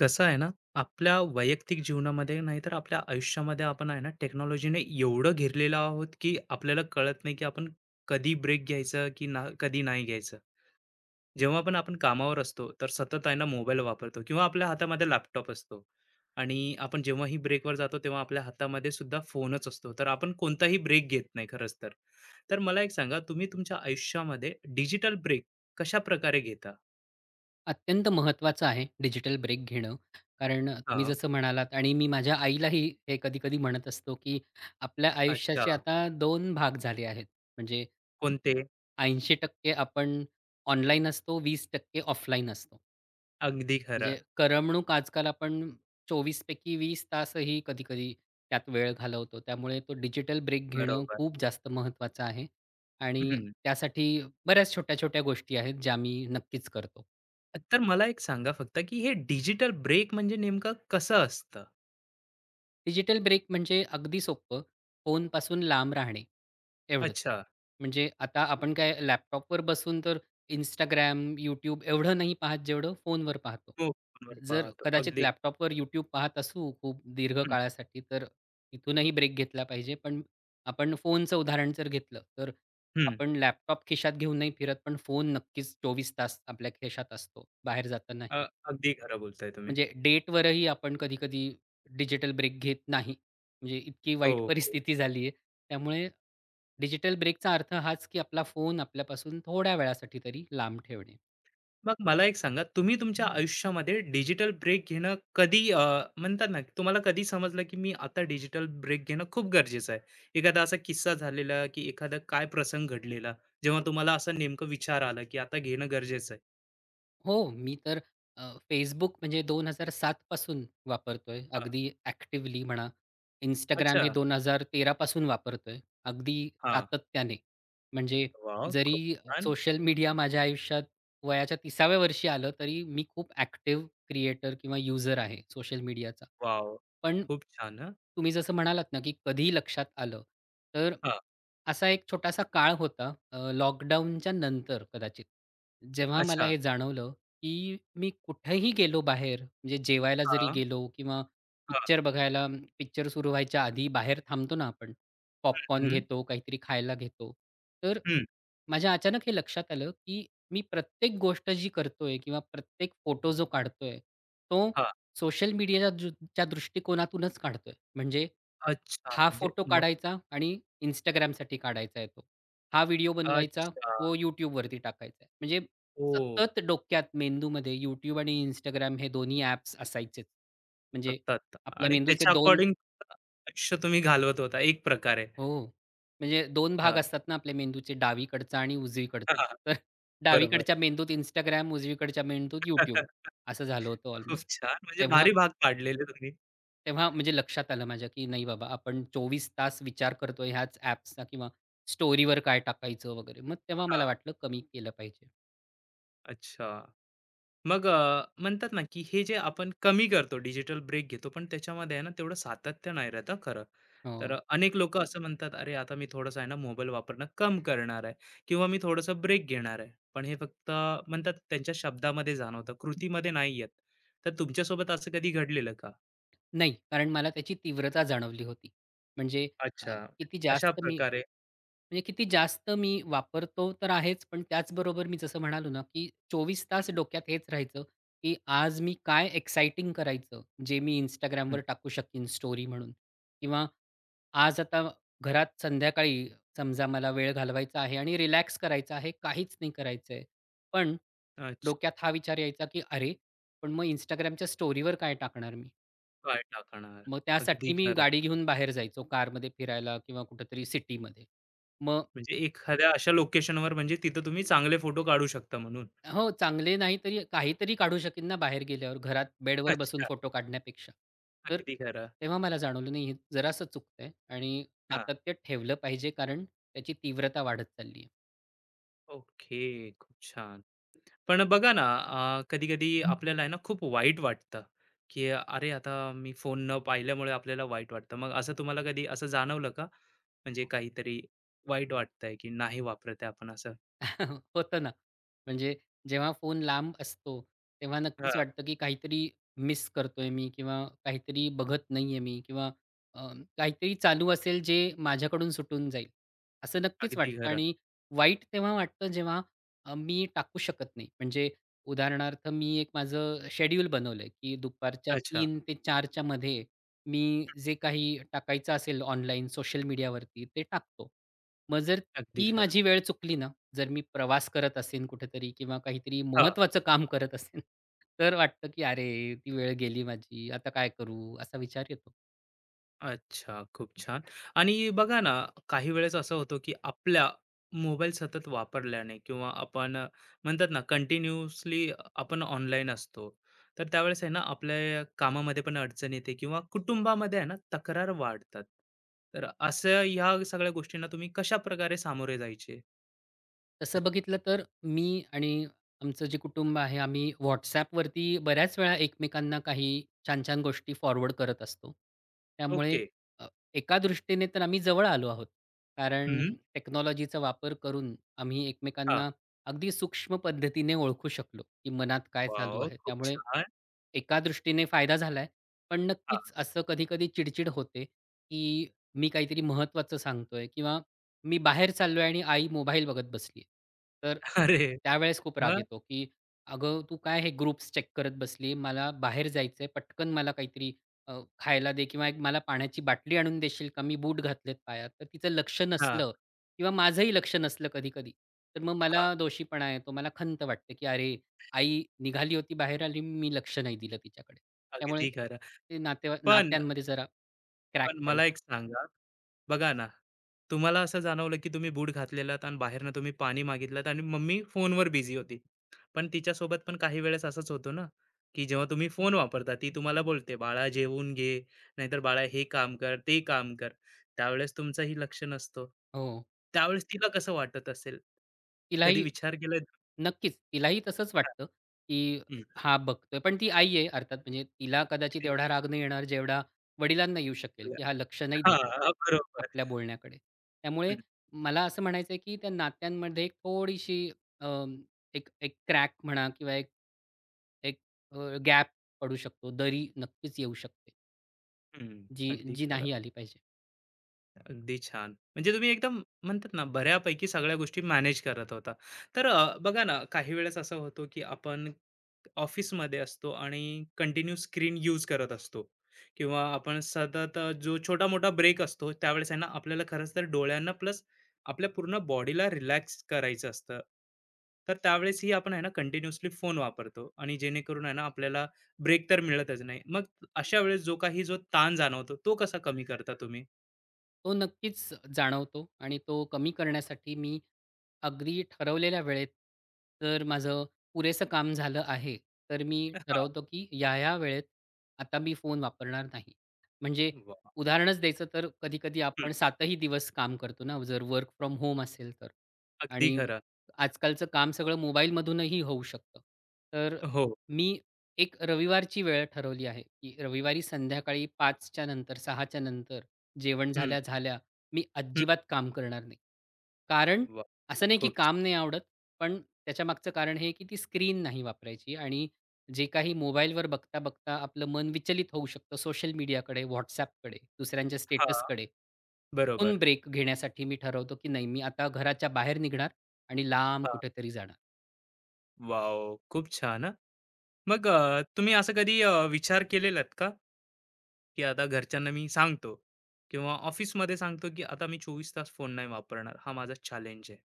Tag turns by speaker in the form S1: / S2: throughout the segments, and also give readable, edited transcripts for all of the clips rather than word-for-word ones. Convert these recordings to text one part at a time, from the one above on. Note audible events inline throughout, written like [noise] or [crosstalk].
S1: कसं आहे ना, आपल्या वैयक्तिक जीवनामध्ये नाही तर आपल्या आयुष्यामध्ये आपण आहे ना, टेक्नॉलॉजीने एवढं घेरलेलो आहोत, की आपल्याला कळत नाही, की आपण कधी ब्रेक घ्यायचा, की ना कधी नाही घ्यायचं. जेव्हा पण आपण कामावर असतो, तर सतत आहे ना मोबाईल वापरतो किंवा आपल्या हातामध्ये लॅपटॉप असतो आणि आपण जेव्हाही ब्रेकवर जातो, तेव्हा आपल्या हातामध्ये सुद्धा फोनच असतो. तर आपण कोणताही ब्रेक घेत नाही खरंच तर. तर मला एक सांगा, तुम्ही तुमच्या आयुष्यामध्ये डिजिटल ब्रेक कशाप्रकारे घेता?
S2: अत्यंत महत्त्वाचं आहे डिजिटल ब्रेक घेणं. कारण तुम्ही
S1: हां.
S2: जसं म्हणालात आणि मी माझ्या आईलाही हे कधी-कधी म्हणत असतो, की आपल्या
S1: अच्छा.
S2: आयुष्याचे आता दोन भाग झाले आहेत. म्हणजे
S1: कोणते?
S2: 80% आपण ऑनलाईन असतो, 20% ऑफलाईन असतो.
S1: अगदी खरं.
S2: म्हणजे करमणूक आजकाल आपण 24 पैकी 20 तासही कधी-कधी त्यात वेळ घालवतो. त्यामुळे तो डिजिटल ब्रेक घेणं
S1: बरोबर.
S2: खूप जास्त महत्त्वाचं आहे आणि
S1: हं.
S2: त्यासाठी बऱ्याच छोट्या-छोट्या गोष्टी आहेत, ज्या मी नक्कीच करतो.
S1: तर मला एक सांगा फक्त, की हे डिजिटल ब्रेक म्हणजे नेमकं कसं असतं?
S2: डिजिटल ब्रेक म्हणजे अगदी सोपं, फोनपासून लांब राहणे, एवढंच.
S1: अच्छा.
S2: म्हणजे आता आपण काय लॅपटॉपवर बसून तर इंस्टाग्राम यूट्यूब एवढं नाही पाहत जेवढं फोनवर पाहतो.
S1: हो, फोनवर
S2: जर
S1: पाहतो.
S2: कदाचित
S1: अगदी खरं.
S2: लॅपटॉपवर यूट्यूब पाहत असू खूप दीर्घ
S1: हं,
S2: काळासाठी तर तिथूनही ब्रेक घेतला पाहिजे. पण आपण फोनचं उदाहरण जर घेतलं तर
S1: हं.
S2: आपण लॅपटॉप खिशात घेऊन नाही फिरत, पण फोन नक्कीच 24 तास आपल्या खिशात असतो, बाहेर
S1: अ,
S2: जातानाही.
S1: अगदी खरं बोलताय तुम्ही.
S2: म्हणजे डेटवरही आपण कधी-कधी डिजिटल ब्रेक घेत नाही. म्हणजे इतकी
S1: हो,
S2: वाईट
S1: हो.
S2: परिस्थिती झाली आहे. त्यामुळे डिजिटल ब्रेकचा अर्थ हाच, की आपला फोन आपल्यापासून थोड्या वेळासाठी तरी लांब ठेवणे.
S1: मग मला एक सांगा, तुम्ही तुमच्या आयुष्यामध्ये डिजिटल ब्रेक घेणं कधी म्हणतात ना, तुम्हाला कधी समजलं, की मी आता डिजिटल ब्रेक घेणं खूप गरजेचं आहे? एखादा असा किस्सा झालेला, की एखादा काय प्रसंग घडलेला, जेव्हा तुम्हाला असं नेमकं विचार आला, की आता घेणं गरजेचं आहे?
S2: हो, मी तर अ, Facebook म्हणजे 2007 पासून वापरतोय,
S1: हां.
S2: अगदी ॲक्टिव्हली म्हणा. Instagram हे
S1: अच्छा.
S2: 2013 पासून वापरतोय, अगदी
S1: हां.
S2: सातत्याने. म्हणजे
S1: वॉव! खूप
S2: जरी
S1: छान.
S2: सोशल मीडिया माझ्या आयुष्यात वयाच्या 30व्या वर्षी आलं, तरी मी खूप ॲक्टिव्ह क्रिएटर किंवा यूजर आहे सोशल मीडियाचा.
S1: वॉव!
S2: पण
S1: खूप छान हां.
S2: तुम्ही जसं म्हणालात ना, की कधी लक्षात आलं, तर
S1: हां,
S2: असा एक छोटासा काळ होता लॉकडाऊनच्या नंतर कदाचित. जेव्हा मला
S1: अच्छा.
S2: हे जाणवलं, की मी कुठेही गेलो बाहेर, म्हणजे जेवायला जरी
S1: हां,
S2: गेलो किंवा
S1: हां.
S2: पिक्चर बघायला पिक्चर सुरू व्हायच्या आधी बाहेर थांबतो ना आपण. पॉपकॉर्न
S1: हं,
S2: घेतो, काहीतरी खायला घेतो. तर
S1: हं.
S2: माझ्या अचानक हे लक्षात आलं, की मी प्रत्येक गोष्ट जी करतोय किंवा प्रत्येक फोटो जो काढतोय, तो
S1: हां,
S2: सोशल मीडियाच्या दृष्टिकोनातूनच काढतोय. म्हणजे
S1: अच्छा
S2: हा
S1: म्हणजे
S2: फोटो
S1: मग
S2: काढायचा आणि Instagramसाठी काढायचा आहे तो. हा व्हिडिओ बनवायचा,
S1: अच्छा.
S2: तो YouTubeवरती टाकायचा आहे. म्हणजे
S1: हो.
S2: सतत डोक्यात, मेंदूमध्ये YouTube आणि Instagram हे दोन्ही ॲप्स असायचेच. म्हणजे
S1: आत्ता, आत्ता
S2: आपल्या
S1: आणि
S2: मेंदूचे
S1: त्याच्या
S2: 2
S1: अकॉर्डिंग आयुष्य तुम्ही घालवत होता एक प्रकारे.
S2: हो. म्हणजे 2 भाग
S1: हां,
S2: असतात ना आपल्या मेंदूचे, डावीकडचा आणि
S1: [laughs] हां,
S2: उजवीकडचा.
S1: हां.
S2: [laughs] तर
S1: बरोबर.
S2: डावीकडच्या मेंदूत Instagram, उजवीकडच्या मेंदूत YouTube
S1: [laughs]
S2: असं झालं होतं
S1: खूप
S2: ऑलमोस्ट.
S1: छान म्हणजे
S2: तेव्हा
S1: भारी भाग पाडलेले तुम्ही.
S2: तेव्हा म्हणजे लक्षात आलं माझ्या, की नाही बाबा आपण 24 तास विचार करतोय ह्याच ॲप्सचा किंवा स्टोरीवर काय टाकायचं वगैरे. मग तेव्हा मला
S1: हां,
S2: वाटलं कमी केलं पाहिजे.
S1: अच्छा. मग म्हणतात ना की हे जे आपण कमी करतो, डिजिटल ब्रेक घेतो, पण त्याच्यामध्ये आहे ना तेवढं सातत्य नाही राहत हं खरं. तर
S2: हो.
S1: अनेक लोकं असं म्हणतात, "अरे, आता मी थोडंसं आहे ना मोबाईल वापरणं कम करणार आहे किंवा मी थोडंसं ब्रेक घेणार आहे." पण हे फक्त म्हणतात त्यांच्या शब्दामध्ये जाणवतं, कृतीमध्ये नाही येत. तर तुमच्यासोबत असं कधी घडलेलं का?
S2: नाही, कारण मला त्याची तीव्रता जाणवली होती. म्हणजे अ,
S1: अच्छा.
S2: किती
S1: अशा
S2: जास्त मी
S1: प्रकारे
S2: म्हणजे किती जास्त मी वापरतो तर आहेच, पण त्याचबरोबर मी जसं म्हणालो ना, की 24 तास डोक्यात हेच राहायचं, की आज मी काय एक्साइटिंग करायचं, जे मी
S1: हं,
S2: Instagramवर टाकू शकीन स्टोरी म्हणून किंवा आज आता घरात संध्याकाळी समजा मला वेळ घालवायचा आहे आणि रिलॅक्स करायचा आहे, काहीच नाही करायचंय. पण
S1: अच्छा,
S2: डोक्यात हा विचार यायचा, की "अरे, पण मग Instagramच्या स्टोरीवर काय टाकणार मी?"
S1: पाय टाकणार.
S2: मग
S1: अगदी
S2: त्यासाठी मी
S1: खरं.
S2: गाडी घेऊन बाहेर जायचो कारमध्ये फिरायला किंवा कुठेतरी सिटीमध्ये. मग
S1: म्हणजे एखाद्या अशा लोकेशनवर म्हणजे तिथं तुम्ही चांगले फोटो काढू शकता म्हणून.
S2: हो, चांगले नाही तरी काहीतरी काढू शकीन ना बाहेर गेल्यावर, घरात बेडवर बसून
S1: अच्छा,
S2: फोटो काढण्यापेक्षा. तर
S1: अगदी खरं.
S2: तेव्हा मला जाणवलं, नाही हे जरासं चुकतंय आणि सातत्य ठेवलं पाहिजे कारण त्याची तीव्रता वाढत चालली आहे.
S1: ओके, खूप छान. पण बघा ना, कधी-कधी हं. आपल्याला आहे ना खूप वाईट वाटतं, की "अरे, आता मी फोन न पाहिल्यामुळे आपल्याला वाईट वाटतं." मग असं तुम्हाला कधी असं जाणवलं का? म्हणजे काहीतरी वाईट वाटतंय, की नाही वापरत आहे आपण असं?
S2: [laughs] होतं ना. म्हणजे जेव्हा फोन लांब असतो, तेव्हा
S1: हां,
S2: नक्कीच वाटतं, की काहीतरी मिस करतोय मी किंवा काहीतरी बघत नाहीये मी किंवा अ, काहीतरी चालू असेल जे माझ्याकडून सुटून जाईल. असं नक्कीच
S1: अगदी
S2: वाटतं
S1: खरं.
S2: आणि वाईट तेव्हा वाटतं जेव्हा मी टाकू शकत नाही. म्हणजे उदाहरणार्थ मी एक माझं शेड्यूल बनवलंय, की दुपारच्या
S1: अच्छा,
S2: 3:00 ते 4:00 मध्ये मी जे काही टाकायचं असेल ऑनलाईन सोशल मीडियावरती ते टाकतो. मग जर
S1: अगदी
S2: ती
S1: खरं.
S2: माझी वेळ चुकली ना, जर मी प्रवास करत असेन कुठेतरी किंवा काहीतरी
S1: हां.
S2: महत्त्वाचं काम करत असेन, तर वाटतं की "अरे, ती वेळ गेली माझी. आता काय करू?" असा विचार येतो.
S1: अच्छा, खूप छान. आणि बघा ना, काही वेळेस असं होतं, की आपल्या मोबाईल सतत वापरल्याने किंवा आपण म्हणतात ना, कंटिन्यूअसली आपण ऑनलाईन असतो. तर त्यावेळेस आहे ना, आपल्या कामामध्ये पण अडचण येते किंवा कुटुंबामध्ये आहे ना, तक्रार वाढतात. तर असं ह्या सगळ्या गोष्टींना तुम्ही कशाप्रकारे सामोरे जायचे?
S2: तसं बघितलं तर मी आणि आमचं जे कुटुंब आहे आम्ही WhatsAppवरती बऱ्याच वेळा एकमेकांना काही छान छान गोष्टी फॉरवर्ड करत असतो. त्यामुळे
S1: ओके.
S2: अ, एका दृष्टीने तर आम्ही जवळ आलो आहोत. कारण
S1: हं.
S2: टेक्नॉलॉजीचा वापर करून आम्ही
S1: हां.
S2: एकमेकांना अगदी सूक्ष्म पद्धतीने ओळखू शकलो, की मनात काय चालू
S1: वॉव!
S2: आहे.
S1: खूप
S2: त्यामुळे
S1: छान.
S2: एका दृष्टीने फायदा झालाय. पण
S1: हां.
S2: नक्कीच असं कधी-कधी चिड होते, की मी काहीतरी महत्त्वाचं सांगतोय किंवा मी बाहेर चाललोय आणि आई मोबाईल बघत बसली तर
S1: अरे,
S2: त्यावेळेस खूप राग
S1: मग?
S2: येतो, की "अगं, तू काय हे ग्रुप्स चेक करत बसली? मला बाहेर जायचंय. पटकन मला काहीतरी अ, खायला दे किंवा एक मला पाण्याची बाटली आणून देशील का? मी बूट घातलेत पायात." तर तिचं लक्ष
S1: हां,
S2: नसलं किंवा माझंही लक्ष नसलं कधी-कधी, तर मग
S1: हां.
S2: मला दोषीपणा येतो. मला खंत वाटते, की "अरे, आई निघाली होती बाहेर आणि मी लक्ष नाही दिलं तिच्याकडे." त्यामुळे
S1: अगदी खरं.
S2: ते
S1: पण
S2: नात्यांमध्ये जरा क्रॅक
S1: पण
S2: पडू
S1: मला एक
S2: शकतो.
S1: सांगा बघा ना, तुम्हाला असं जाणवलं, की तुम्ही बूट घातलेलात आणि बाहेरनं तुम्ही पाणी मागितलंत आणि मम्मी फोनवर बिझी होती. पण तिच्यासोबत पण काही वेळेस असंच होतो ना, की जेव्हा तुम्ही फोन वापरता, ती तुम्हाला बोलते, "बाळा जेवून घे, नाहीतर बाळा हे काम कर, ते काम कर." त्यावेळेस तुमचंही लक्ष नसतो.
S2: हो.
S1: त्यावेळेस तिला कसं वाटत असेल? कधी
S2: तिलाही
S1: विचार केलाय?
S2: नक्कीच. तिलाही तसंच वाटतं, की
S1: हं.
S2: हा बघतोय. पण ती आई आहे अर्थात म्हणजे तिला कदाचित एवढा राग नाही येणार जेवढा वडिलांना येऊ शकेल, की हा लक्ष नाही देत आहे
S1: हां, बरोबर.
S2: आपल्या बोलण्याकडे.
S1: [laughs]
S2: त्यामुळे
S1: हं,
S2: मला असं म्हणायचं आहे, की त्या नात्यांमध्ये एक थोडीशी अ, एक एक क्रॅक म्हणा किंवा एक एक अ, गॅप पडू शकतो. दरी नक्कीच येऊ शकते,
S1: हं.
S2: जी
S1: अगदी
S2: जी नाही
S1: खरं.
S2: आली पाहिजे.
S1: अगदी छान. म्हणजे तुम्ही एकदम म्हणतात ना, बऱ्यापैकी सगळ्या गोष्टी मॅनेज करत होता. तर बघा ना, काही वेळेस असं होतो, की आपण ऑफिसमध्ये असतो आणि कंटिन्यू स्क्रीन यूज करत असतो किंवा आपण सतत जो छोटा-मोठा ब्रेक असतो, त्यावेळेस आहे ना, आपल्याला खरंच तर डोळ्यांना प्लस आपल्या पूर्ण बॉडीला रिलॅक्स करायचं असतं. तर त्यावेळेसही आपण आहे ना, कंटिन्युअसली फोन वापरतो आणि जेणेकरून आहे ना, आपल्याला ब्रेक तर मिळतच नाही. मग अशा वेळेस जो काही जो ताण जाणवतो, तो कसा कमी करता तुम्ही?
S2: तो नक्कीच जाणवतो आणि तो कमी करण्यासाठी मी अगदी ठरवलेल्या वेळेत जर माझं पुरेसं काम झालं आहे, तर मी ठरवतो की या-या वेळेत आता मी फोन वापरणार नाही. म्हणजे
S1: वाह!
S2: उदाहरणच द्यायचं तर कधी-कधी
S1: हं,
S2: आपण 7 ही दिवस काम करतो ना, जर वर्क फ्रॉम होम असेल तर.
S1: अगदी
S2: आणि
S1: खरं.
S2: आजकालचं काम सगळं मोबाईलमधूनही होऊ शकतं. तर
S1: हो.
S2: मी एक रविवारची वेळ ठरवली आहे, की रविवारी संध्याकाळी 5च्या नंतर, 6च्या नंतर जेवण
S1: हं,
S2: झाल्या, झाल्या मी
S1: हं.
S2: अजिबात काम करणार नाही. कारण
S1: वाह!
S2: असं नाही की
S1: खूप छ
S2: काम नाही आवडत, पण त्याच्यामागचं कारण हे की ती स्क्रीन नाही वापरायची आणि जे काही मोबाईलवर बघता-बघता आपलं मन विचलित होऊ शकतं सोशल मीडियाकडे, WhatsAppकडे, दुसऱ्यांच्या
S1: हां,
S2: स्टेटसकडे. तिथून
S1: बरोबर.
S2: ब्रेक घेण्यासाठी मी ठरवतो की नाही, मी आता घराच्या बाहेर निघणार आणि लांब
S1: हां.
S2: कुठेतरी जाणार.
S1: वॉव! खूप छान हां. मग तुम्ही असं कधी विचार केलेलात का, की आता घरच्यांना मी सांगतो किंवा ऑफिसमध्ये सांगतो, की आता मी 24 तास फोन नाही वापरणार. हा माझा चॅलेंज आहे.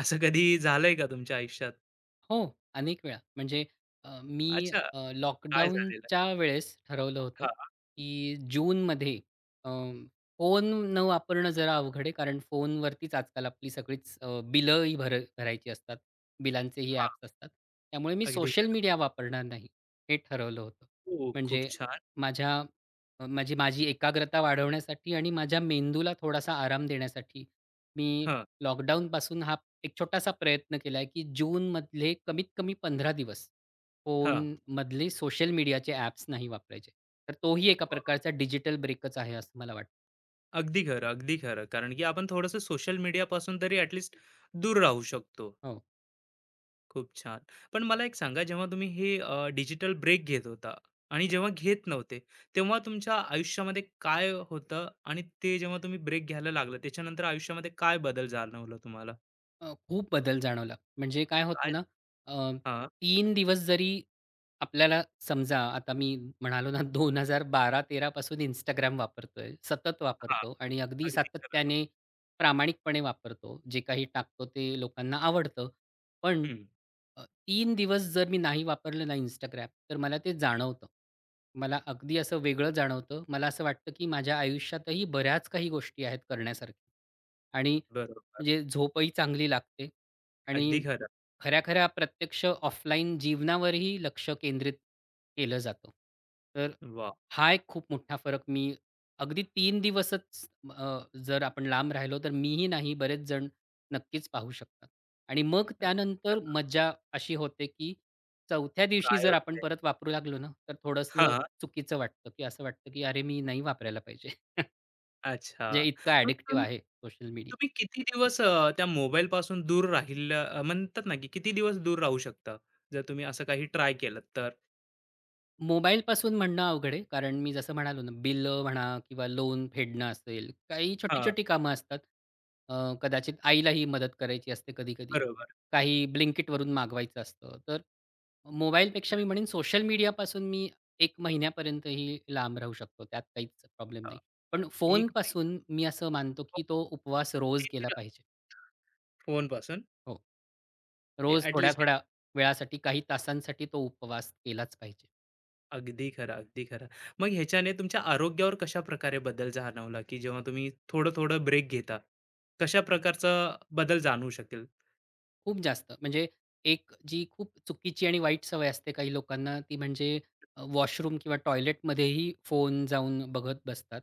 S1: असं कधी झालंय का तुमच्या आयुष्यात?
S2: हो, अनेक वेळा. म्हणजे मी
S1: अच्छा, काय झालेलं?
S2: लॉकडाऊनच्या वेळेस ठरवलं होतं,
S1: हां,
S2: की जूनमध्ये अ, फोन न वापरणं जरा अवघड आहे. कारण फोनवरतीच आजकाल आपली सगळीच बिलंही भर भरायची असतात. बिलांचेही
S1: हां.
S2: ॲप्स असतात. त्यामुळे मी
S1: अगदी
S2: सोशल
S1: खरं.
S2: मीडिया वापरणार नाही, हे ठरवलं होतं.
S1: हो, खूप
S2: म्हणजे
S1: छान.
S2: माझ्या म्हणजे माझी एकाग्रता वाढवण्यासाठी आणि माझ्या मेंदूला थोडासा आराम देण्यासाठी मी
S1: हां,
S2: लॉकडाऊनपासून हा एक छोटासा प्रयत्न केलाय, की जूनमधले कमीत कमी 15 दिवस
S1: हां.
S2: फोन फोनमधले सोशल मीडियाचे ॲप्स नाही वापरायचे. तर तोही एका प्रकारचा डिजिटल ब्रेकच आहे असं मला वाटतं.
S1: अगदी खरं, अगदी खरं. कारण की आपण थोडंसं सोशल मीडियापासून तरी ॲटलीस्ट दूर राहू शकतो.
S2: हो.
S1: खूप छान. पण मला एक सांगा जेव्हा तुम्ही हे डिजिटल ब्रेक घेत होता आणि जेव्हा घेत नव्हते, तेव्हा तुमच्या आयुष्यामध्ये काय होतं? आणि ते जेव्हा तुम्ही ब्रेक घ्यायला लागलं त्याच्यानंतर आयुष्यामध्ये काय बदल जाणवला तुम्हाला?
S2: खूप बदल जाणवला. म्हणजे काय
S1: काय
S2: होतं ना, अ,
S1: हां,
S2: 3 दिवस जरी आपल्याला समजा आता मी म्हणालो ना 2012-13 पासून Instagram वापरतोय, सतत
S1: हां.
S2: वापरतो आणि अगदी
S1: अगदी खरं.
S2: सातत्याने प्रामाणिकपणे वापरतो. जे काही टाकतो ते लोकांना आवडतं. पण
S1: हं,
S2: 3 दिवस जर मी नाही वापरलं ना Instagram तर मला ते जाणवतं. मला अगदी असं वेगळं जाणवतं. मला असं वाटतं, की माझ्या आयुष्यातही बऱ्याच काही गोष्टी आहेत करण्यासारख्या आणि
S1: बरोबर.
S2: म्हणजे झोपही चांगली लागते आणि
S1: अगदी खरं.
S2: खऱ्या-खऱ्या प्रत्यक्ष ऑफलाईन जीवनावरही लक्ष केंद्रित केलं जातं. तर
S1: वाह!
S2: हा एक खूप मोठा फरक मी अगदी 3 दिवसच अ, जर आपण लांब राहिलो, तर मीही नाही बरेच जण नक्कीच पाहू शकतात. आणि मग त्यानंतर मज्जा अशी होते, की 4थ्या दिवशी
S1: काय
S2: जर आपण
S1: होते?
S2: परत वापरू लागलो ना, तर थोडंसं चुकीचं वाटतं, की असं वाटतं, की "अरे, मी नाही वापरायला पाहिजे." [laughs]
S1: अच्छा.
S2: म्हणजे इतकं
S1: मग
S2: ॲडिक्टिव्ह
S1: तुम्ही
S2: आहे सोशल मीडिया.
S1: तुम्ही किती दिवस त्या मोबाईलपासून दूर राहिलं म्हणतात ना, की किती दिवस दूर राहू शकता? जर तुम्ही असं काही ट्राय केलं तर?
S2: मोबाईलपासून म्हणणं अवघड आहे. कारण मी जसं म्हणालो ना, बिलं म्हणा किंवा लोन फेडणं असेल, काही
S1: हां,
S2: छोटी-छोटी कामं असतात. अ, कदाचित आईलाही मदत करायची असते कधी-कधी.
S1: बरोबर.
S2: काही Blinkitवरून मागवायचं असतं. तर मोबाईलपेक्षा मी म्हणेन सोशल मीडियापासून मी 1 महिन्यापर्यंतही लांब राहू शकतो. त्यात काहीच प्रॉब्लेम
S1: अ,
S2: नाही. पण
S1: 1 महिना.
S2: फोनपासून मी असं मानतो,
S1: मग
S2: की तो उपवास रोज
S1: ते
S2: केला
S1: तर
S2: पाहिजे.
S1: फोनपासून
S2: हो.
S1: ए
S2: रोज
S1: ॲट लिस्ट
S2: थोड्या-थोड्या वेळासाठी, काही तासांसाठी तो उपवास केलाच पाहिजे.
S1: अगदी खरं, अगदी खरं. मग ह्याच्याने तुमच्या आरोग्यावर कशाप्रकारे बदल जाणवला, की जेव्हा तुम्ही थोडं-थोडं ब्रेक घेता, कशा प्रकारचा बदल जाणवू शकेल?
S2: खूप जास्त. म्हणजे एक जी खूप चुकीची आणि वाईट सवय असते काही लोकांना, ती म्हणजे वॉशरूम किंवा टॉयलेटमध्येही फोन जाऊन बघत बसतात.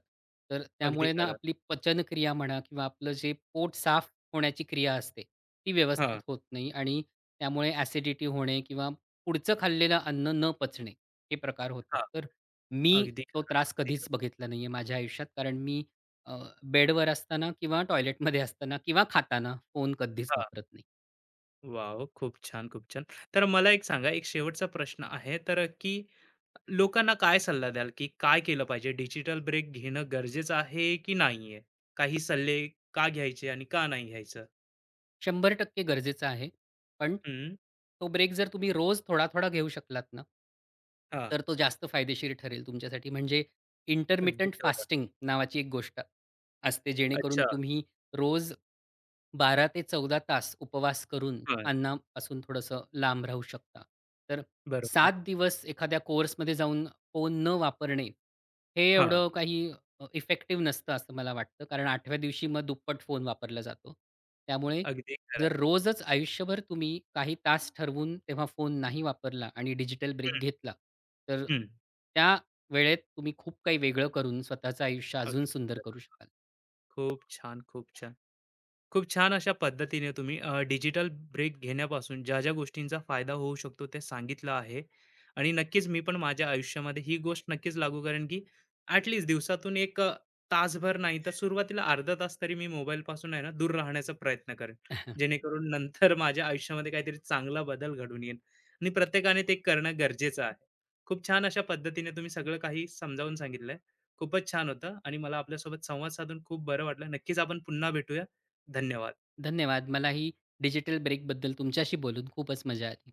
S2: तर
S1: अगदी
S2: त्यामुळे ना
S1: खरं.
S2: आपली पचनक्रिया म्हणा किंवा आपलं जे पोट साफ होण्याची क्रिया असते, ती
S1: हां,
S2: व्यवस्थित होत नाही आणि त्यामुळे ॲसिडिटी होणे किंवा पुढचं खाल्लेलं अन्न न पचणे, हे प्रकार होतात.
S1: हां.
S2: तर मी
S1: अगदी
S2: तो
S1: खरं,
S2: त्रास
S1: अगदी
S2: कधीच
S1: खरं.
S2: बघितला नाहीये माझ्या आयुष्यात. कारण मी अ, बेडवर असताना किंवा टॉयलेटमध्ये असताना किंवा खाताना फोन कधीच वापरत नाही.
S1: वॉव! खूप छान, खूप छान. तर मला एक सांगा, एक शेवटचा प्रश्न आहे तर की लोकांना काय सल्ला द्याल, की काय केलं पाहिजे? डिजिटल ब्रेक घेणं गरजेचं आहे की नाहीये? काही सल्ले का घ्यायचे आणि का नाही घ्यायचं?
S2: 100% गरजेचं आहे. पण
S1: हं,
S2: तो ब्रेक जर तुम्ही रोज थोडा-थोडा घेऊ शकलात ना,
S1: हां,
S2: तर तो जास्त फायदेशीर ठरेल तुमच्यासाठी. म्हणजे
S1: अगदी
S2: इंटरमिटेंट
S1: खरं.
S2: फास्टिंग नावाची एक गोष्ट असते, जेणेकरून
S1: अच्छा,
S2: तुम्ही रोज 12 ते 14 तास उपवास करून
S1: हां,
S2: अन्नापासून थोडंसं लांब राहू शकता. तर
S1: बरोबर.
S2: 7 दिवस एखाद्या कोर्समध्ये जाऊन फोन न वापरणे, हे
S1: हां,
S2: एवढं काही इफेक्टिव्ह नसतं असं मला वाटतं. कारण 8व्या दिवशी मग दुप्पट फोन वापरला जातो. त्यामुळे
S1: अगदी खरं.
S2: जर रोजच आयुष्यभर तुम्ही काही तास ठरवून तेव्हा फोन नाही वापरला आणि डिजिटल ब्रेक
S1: हं,
S2: घेतला, तर
S1: हं,
S2: त्या वेळेत तुम्ही खूप काही वेगळं करून स्वतःचं आयुष्य अजून
S1: अगदी
S2: सुंदर करू
S1: खरं.
S2: शकाल.
S1: खूप छान, खूप छान. खूप छान अशा पद्धतीने तुम्ही डिजिटल ब्रेक घेण्यापासून ज्या ज्या गोष्टींचा फायदा होऊ शकतो ते सांगितलं आहे आणि नक्कीच मी पण माझ्या आयुष्यामध्ये ही गोष्ट नक्कीच लागू करेन की ॲटलिस्ट दिवसातून एक तासभर नाही तर सुरुवातीला अर्धा तास तरी मी मोबाईलपासून आहे ना दूर राहण्याचा प्रयत्न करेन
S2: [laughs]
S1: जेणेकरून नंतर माझ्या आयुष्यामध्ये काहीतरी चांगला बदल घडून येईल आणि प्रत्येकाने ते करणं गरजेचं आहे खूप छान अशा पद्धतीने तुम्ही सगळं काही समजावून सांगितलंय खूपच छान होतं आणि मला आपल्यासोबत संवाद साधून खूप बरं वाटलं नक्कीच आपण पुन्हा भेटूया धन्यवाद
S2: धन्यवाद. मला ही डिजिटल ब्रेकबद्दल तुमच्याशी बोलून खूपच मजा आली.